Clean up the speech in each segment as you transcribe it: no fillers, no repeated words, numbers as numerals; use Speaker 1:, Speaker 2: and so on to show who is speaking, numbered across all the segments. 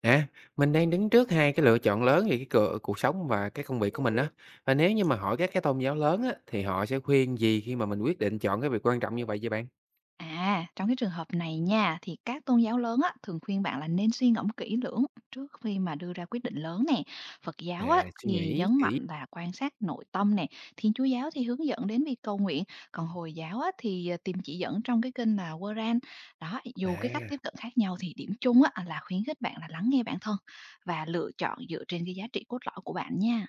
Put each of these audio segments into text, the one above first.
Speaker 1: À, mình đang đứng trước hai cái lựa chọn lớn về cái cựa cuộc sống và cái công việc của mình á. Và nếu như mà hỏi các cái tôn giáo lớn á, thì họ sẽ khuyên gì khi mà mình quyết định chọn cái việc quan trọng như vậy vậy bạn?
Speaker 2: À, trong cái trường hợp này nha, thì các tôn giáo lớn á, thường khuyên bạn là nên suy ngẫm kỹ lưỡng trước khi mà đưa ra quyết định lớn nè. Phật giáo á,
Speaker 1: À, suy
Speaker 2: thì
Speaker 1: nghĩ
Speaker 2: nhấn
Speaker 1: kỹ.
Speaker 2: mạnh là quan sát nội tâm nè. Thiên Chúa giáo thì hướng dẫn đến việc cầu nguyện. Còn Hồi giáo á, thì tìm chỉ dẫn trong cái kinh là Quran. Đó, dù cái cách
Speaker 1: À,
Speaker 2: tiếp cận khác nhau thì điểm chung á, là khuyến khích bạn là lắng nghe bản thân và lựa chọn dựa trên cái giá trị cốt lõi của bạn nha.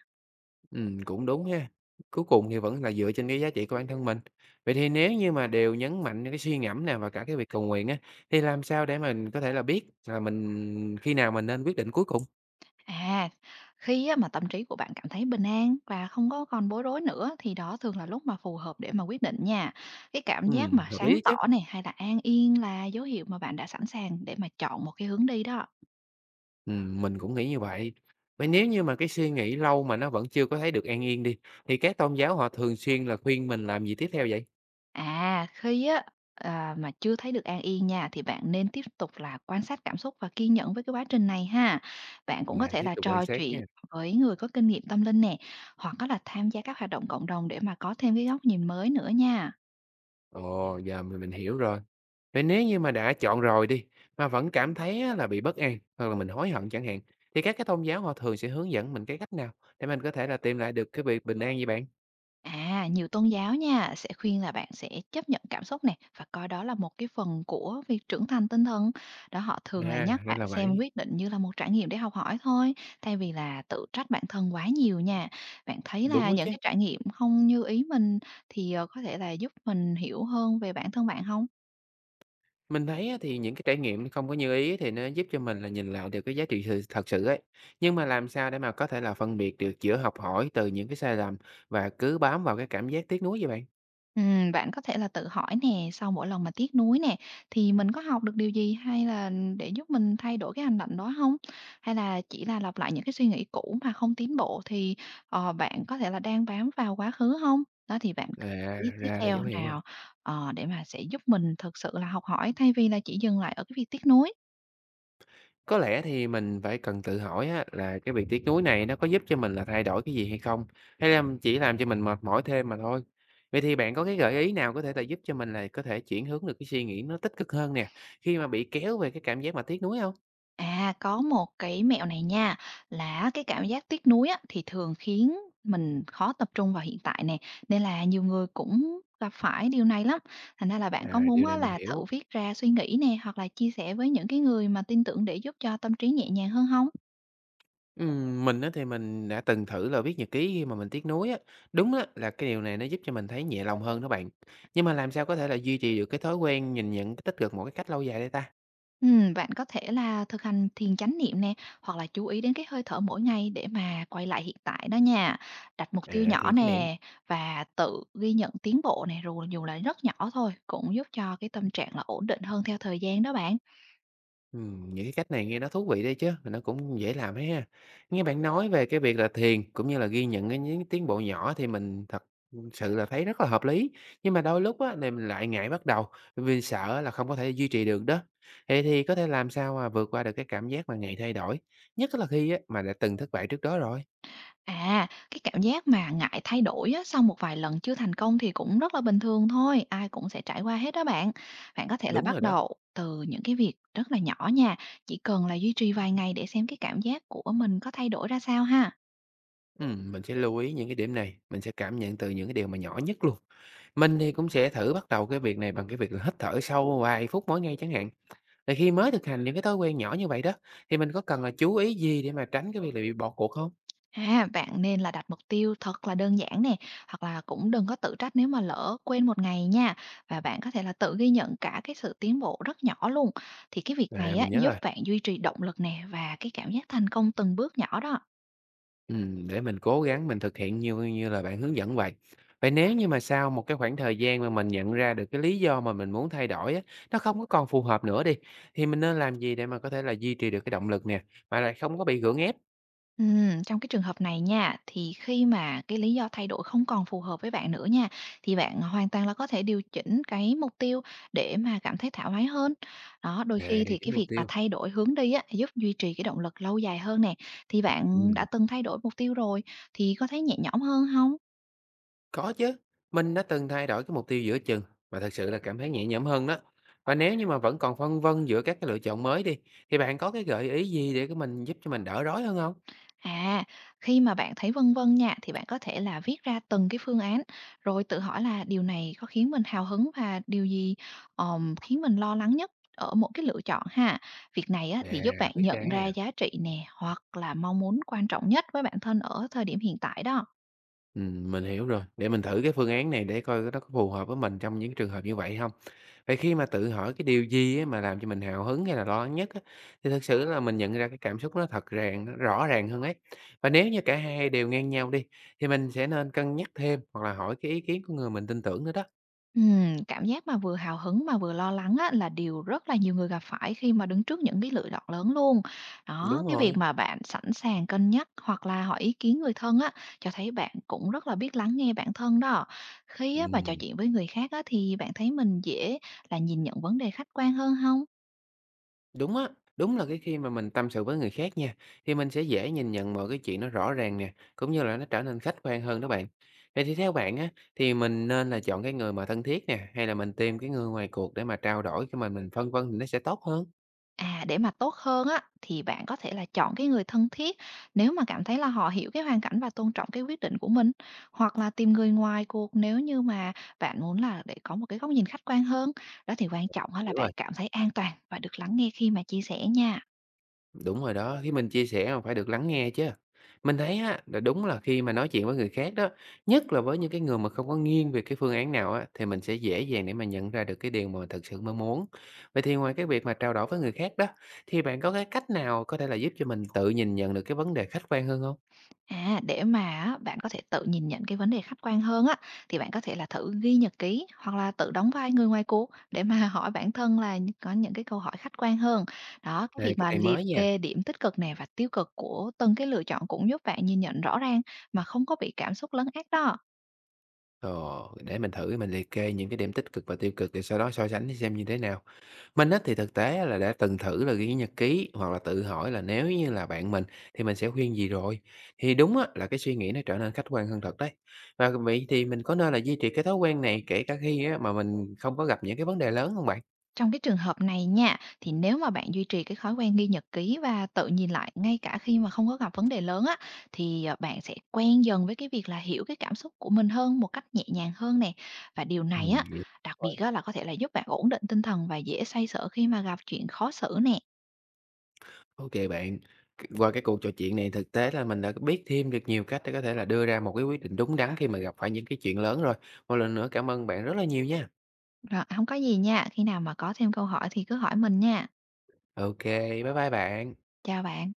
Speaker 1: Cũng đúng ha. Cuối cùng thì vẫn là dựa trên cái giá trị của bản thân mình. Vậy thì nếu như mà đều nhấn mạnh cái suy ngẫm nè và cả cái việc cầu nguyện á, thì làm sao để mình có thể là biết là mình khi nào mình nên quyết định cuối cùng?
Speaker 2: À, khi á, mà tâm trí của bạn cảm thấy bình an và không có còn bối rối nữa thì đó thường là lúc mà phù hợp để mà quyết định nha. Cái cảm giác mà
Speaker 1: Hợp
Speaker 2: sáng
Speaker 1: lý chứ.
Speaker 2: tỏ này hay là an yên là dấu hiệu mà bạn đã sẵn sàng để mà chọn một cái hướng đi đó.
Speaker 1: Mình cũng nghĩ như vậy. Vậy nếu như mà cái suy nghĩ lâu mà nó vẫn chưa có thấy được an yên đi, thì các tôn giáo họ thường xuyên là khuyên mình làm gì tiếp theo vậy?
Speaker 2: À, khi á mà chưa thấy được an yên nha thì bạn nên tiếp tục là quan sát cảm xúc và kiên nhẫn với cái quá trình này ha. Bạn cũng có
Speaker 1: À,
Speaker 2: thể
Speaker 1: tiếp
Speaker 2: là
Speaker 1: tục quan
Speaker 2: trò
Speaker 1: sát nha.
Speaker 2: chuyện với người có kinh nghiệm tâm linh nè, hoặc có là tham gia các hoạt động cộng đồng để mà có thêm cái góc nhìn mới nữa nha.
Speaker 1: Ồ, giờ mình hiểu rồi. Vậy nếu như mà đã chọn rồi đi, mà vẫn cảm thấy á là bị bất an, hoặc là mình hối hận chẳng hạn, thì các cái tôn giáo họ thường sẽ hướng dẫn mình cái cách nào để mình có thể là tìm lại được cái việc bình an vậy bạn?
Speaker 2: À, nhiều tôn giáo nha sẽ khuyên là bạn sẽ chấp nhận cảm xúc này và coi đó là một cái phần của việc trưởng thành tinh thần. Đó, họ thường là
Speaker 1: À,
Speaker 2: nhắc
Speaker 1: nên
Speaker 2: bạn
Speaker 1: là
Speaker 2: xem
Speaker 1: vậy,
Speaker 2: quyết định như là một trải nghiệm để học hỏi thôi, thay vì là tự trách bản thân quá nhiều nha. Bạn thấy
Speaker 1: đúng
Speaker 2: là
Speaker 1: đó
Speaker 2: những
Speaker 1: chứ.
Speaker 2: cái trải nghiệm không như ý mình thì có thể là giúp mình hiểu hơn về bản thân bạn không?
Speaker 1: Mình thấy á thì những cái trải nghiệm không có như ý thì nó giúp cho mình là nhìn lại được cái giá trị sự thật sự ấy. Nhưng mà làm sao để mà có thể là phân biệt được giữa học hỏi từ những cái sai lầm và cứ bám vào cái cảm giác tiếc nuối vậy bạn?
Speaker 2: Bạn có thể là tự hỏi nè, sau mỗi lần mà tiếc nuối nè, thì mình có học được điều gì hay là để giúp mình thay đổi cái hành động đó không? Hay là chỉ là lặp lại những cái suy nghĩ cũ mà không tiến bộ thì, bạn có thể là đang bám vào quá khứ không? Đó, thì bạn
Speaker 1: À,
Speaker 2: ý tiếp
Speaker 1: ra là
Speaker 2: theo
Speaker 1: dấu hiệu rồi.
Speaker 2: nào, để mà sẽ giúp mình thực sự là học hỏi thay vì là chỉ dừng lại ở cái việc tiếc nuối?
Speaker 1: Có lẽ thì mình phải cần tự hỏi á, là cái việc tiếc nuối này nó có giúp cho mình là thay đổi cái gì hay không? Hay là chỉ làm cho mình mệt mỏi thêm mà thôi? Vậy thì bạn có cái gợi ý nào có thể là giúp cho mình là có thể chuyển hướng được cái suy nghĩ nó tích cực hơn nè, khi mà bị kéo về cái cảm giác mà tiếc nuối không?
Speaker 2: À, có một cái mẹo này nha, là cái cảm giác tiếc nuối á, thì thường khiến mình khó tập trung vào hiện tại nè, nên là nhiều người cũng gặp phải điều này lắm. Thành ra là bạn có
Speaker 1: À, điều
Speaker 2: muốn
Speaker 1: này
Speaker 2: á
Speaker 1: mình
Speaker 2: là thử
Speaker 1: hiểu.
Speaker 2: viết ra suy nghĩ nè, hoặc là chia sẻ với những cái người mà tin tưởng để giúp cho tâm trí nhẹ nhàng hơn không?
Speaker 1: Mình á thì mình đã từng thử là viết nhật ký khi mà mình tiếc nuối á. Đúng á là cái điều này nó giúp cho mình thấy nhẹ lòng hơn đó bạn. Nhưng mà làm sao có thể là duy trì được cái thói quen nhìn nhận cái tích cực một cái cách lâu dài đây ta?
Speaker 2: Bạn có thể là thực hành thiền chánh niệm nè, hoặc là chú ý đến cái hơi thở mỗi ngày để mà quay lại hiện tại đó nha. Đặt mục tiêu
Speaker 1: À,
Speaker 2: nhỏ
Speaker 1: thiền chánh niệm.
Speaker 2: nè và tự ghi nhận tiến bộ này, dù dù là rất nhỏ thôi, cũng giúp cho cái tâm trạng là ổn định hơn theo thời gian đó bạn.
Speaker 1: Những cái cách này nghe nó thú vị đấy chứ, mà nó cũng dễ làm ấy ha. Nghe bạn nói về cái việc là thiền cũng như là ghi nhận cái những tiến bộ nhỏ thì mình thật sự là thấy rất là hợp lý, nhưng mà đôi lúc á thì mình lại ngại bắt đầu, vì sợ là không có thể duy trì được đó. Vậy thì có thể làm sao mà vượt qua được cái cảm giác mà ngại thay đổi, nhất là khi á mà đã từng thất bại trước đó rồi.
Speaker 2: À, cái cảm giác mà ngại thay đổi á, sau một vài lần chưa thành công thì cũng rất là bình thường thôi, ai cũng sẽ trải qua hết đó bạn. Bạn có thể là
Speaker 1: Đúng rồi
Speaker 2: bắt
Speaker 1: đó.
Speaker 2: đầu từ những cái việc rất là nhỏ nha, chỉ cần là duy trì vài ngày để xem cái cảm giác của mình có thay đổi ra sao ha.
Speaker 1: Mình sẽ lưu ý những cái điểm này, mình sẽ cảm nhận từ những cái điều mà nhỏ nhất luôn. Mình thì cũng sẽ thử bắt đầu cái việc này bằng cái việc là hít thở sâu vài phút mỗi ngày chẳng hạn. Vậy khi mới thực hành những cái thói quen nhỏ như vậy đó, thì mình có cần là chú ý gì để mà tránh cái việc là bị bỏ cuộc không?
Speaker 2: À, bạn nên là đặt mục tiêu thật là đơn giản nè, hoặc là cũng đừng có tự trách nếu mà lỡ quên một ngày nha. Và bạn có thể là tự ghi nhận cả cái sự tiến bộ rất nhỏ luôn. Thì cái việc
Speaker 1: À,
Speaker 2: này á,
Speaker 1: mình nhớ
Speaker 2: giúp
Speaker 1: rồi.
Speaker 2: bạn duy trì động lực nè và cái cảm giác thành công từng bước nhỏ đó.
Speaker 1: Để mình cố gắng mình thực hiện như như là bạn hướng dẫn vậy. Vậy nếu như mà sau một cái khoảng thời gian mà mình nhận ra được cái lý do mà mình muốn thay đổi á, nó không có còn phù hợp nữa đi, thì mình nên làm gì để mà có thể là duy trì được cái động lực nè, mà lại không có bị gượng ép?
Speaker 2: Trong cái trường hợp này nha, thì khi mà cái lý do thay đổi không còn phù hợp với bạn nữa nha, thì bạn hoàn toàn là có thể điều chỉnh cái mục tiêu để mà cảm thấy thoải mái hơn. Đó, đôi
Speaker 1: À,
Speaker 2: khi
Speaker 1: điều
Speaker 2: thì
Speaker 1: chỉnh
Speaker 2: cái
Speaker 1: mục
Speaker 2: việc mà
Speaker 1: tiêu.
Speaker 2: thay đổi hướng đi á, giúp duy trì cái động lực lâu dài hơn nè. Thì bạn
Speaker 1: Ừm.
Speaker 2: đã từng thay đổi mục tiêu rồi, thì có thấy nhẹ nhõm hơn không?
Speaker 1: Có chứ, mình đã từng thay đổi cái mục tiêu giữa chừng mà thật sự là cảm thấy nhẹ nhõm hơn đó. Và nếu như mà vẫn còn phân vân giữa các cái lựa chọn mới đi, thì bạn có cái gợi ý gì để cái mình giúp cho mình đỡ rối hơn không?
Speaker 2: À, khi mà bạn thấy vân vân nha, thì bạn có thể là viết ra từng cái phương án, rồi tự hỏi là điều này có khiến mình hào hứng và điều gì, khiến mình lo lắng nhất ở mỗi cái lựa chọn ha. Việc này á,
Speaker 1: À,
Speaker 2: thì giúp bạn
Speaker 1: biết ra.
Speaker 2: nhận ra giá trị nè, hoặc là mong muốn quan trọng nhất với bản thân ở thời điểm hiện tại đó.
Speaker 1: Mình hiểu rồi. Để mình thử cái phương án này để coi nó có phù hợp với mình trong những trường hợp như vậy không. Vậy khi mà tự hỏi cái điều gì á mà làm cho mình hào hứng hay là lo lắng nhất á, thì thật sự là mình nhận ra cái cảm xúc nó thật ràng, nó rõ ràng hơn ấy. Và nếu như cả hai đều ngang nhau đi, thì mình sẽ nên cân nhắc thêm hoặc là hỏi cái ý kiến của người mình tin tưởng nữa đó.
Speaker 2: Cảm giác mà vừa hào hứng mà vừa lo lắng á, là điều rất là nhiều người gặp phải khi mà đứng trước những cái lựa chọn lớn luôn. Đó,
Speaker 1: Đúng
Speaker 2: cái việc
Speaker 1: rồi,
Speaker 2: mà bạn sẵn sàng cân nhắc hoặc là hỏi ý kiến người thân á, cho thấy bạn cũng rất là biết lắng nghe bản thân đó. Khi á, mà trò
Speaker 1: ừm,
Speaker 2: chuyện với người khác á, thì bạn thấy mình dễ là nhìn nhận vấn đề khách quan hơn không?
Speaker 1: đúng á, đúng là cái khi mà mình tâm sự với người khác nha, thì mình sẽ dễ nhìn nhận mọi cái chuyện nó rõ ràng nè, cũng như là nó trở nên khách quan hơn đó bạn. Vậy thì theo bạn á, thì mình nên là chọn cái người mà thân thiết nè, hay là mình tìm cái người ngoài cuộc để mà trao đổi khi mình phân vân thì nó sẽ tốt hơn?
Speaker 2: À, để mà tốt hơn á, thì bạn có thể là chọn cái người thân thiết nếu mà cảm thấy là họ hiểu cái hoàn cảnh và tôn trọng cái quyết định của mình. Hoặc là tìm người ngoài cuộc nếu như mà bạn muốn là để có một cái góc nhìn khách quan hơn. Đó, thì quan trọng á là
Speaker 1: Hiểu ạ.
Speaker 2: bạn cảm thấy an toàn và được lắng nghe khi mà chia sẻ nha.
Speaker 1: Đúng rồi đó, khi mình chia sẻ mà phải được lắng nghe chứ. Mình thấy á, là đúng là khi mà nói chuyện với người khác đó, nhất là với những cái người mà không có nghiêng về cái phương án nào á, thì mình sẽ dễ dàng để mà nhận ra được cái điều mà mình thật sự mong muốn. Vậy thì ngoài cái việc mà trao đổi với người khác đó, thì bạn có cái cách nào có thể là giúp cho mình tự nhìn nhận được cái vấn đề khách quan hơn không?
Speaker 2: À, để mà á, bạn có thể tự nhìn nhận cái vấn đề khách quan hơn á, thì bạn có thể là thử ghi nhật ký hoặc là tự đóng vai người ngoài cuộc để mà hỏi bản thân là có những cái câu hỏi khách quan hơn. Đó, cái
Speaker 1: Đây,
Speaker 2: việc
Speaker 1: cái
Speaker 2: mà
Speaker 1: này
Speaker 2: liệt
Speaker 1: mới nha.
Speaker 2: kê điểm tích cực nè và tiêu cực của từng cái lựa chọn cũng giúp bạn nhìn nhận rõ ràng mà không có bị cảm xúc lấn át đó.
Speaker 1: Ồ, để mình thử mình liệt kê những cái điểm tích cực và tiêu cực, rồi sau đó so sánh xem như thế nào. Mình á thì thực tế á là đã từng thử là ghi nhật ký hoặc là tự hỏi là nếu như là bạn mình thì mình sẽ khuyên gì rồi. Thì đúng á là cái suy nghĩ nó trở nên khách quan hơn thật đấy. Và vậy thì mình có nên là duy trì cái thói quen này kể cả khi á mà mình không có gặp những cái vấn đề lớn không bạn?
Speaker 2: Trong cái trường hợp này nha, thì nếu mà bạn duy trì cái thói quen ghi nhật ký và tự nhìn lại ngay cả khi mà không có gặp vấn đề lớn á, thì, bạn sẽ quen dần với cái việc là hiểu cái cảm xúc của mình hơn một cách nhẹ nhàng hơn nè. Và điều
Speaker 1: Ừ,
Speaker 2: này á,
Speaker 1: vậy.
Speaker 2: đặc biệt
Speaker 1: Rồi.
Speaker 2: á là có thể là giúp bạn ổn định tinh thần và dễ xoay sở khi mà gặp chuyện khó xử nè.
Speaker 1: Ok bạn, qua cái cuộc trò chuyện này thực tế là mình đã biết thêm được nhiều cách để có thể là đưa ra một cái quyết định đúng đắn khi mà gặp phải những cái chuyện lớn rồi. Một lần nữa cảm ơn bạn rất là nhiều nha.
Speaker 2: Rồi, hông có gì nha, khi nào mà có thêm câu hỏi thì cứ hỏi mình nha.
Speaker 1: Ok, bye bye bạn.
Speaker 2: Chào bạn.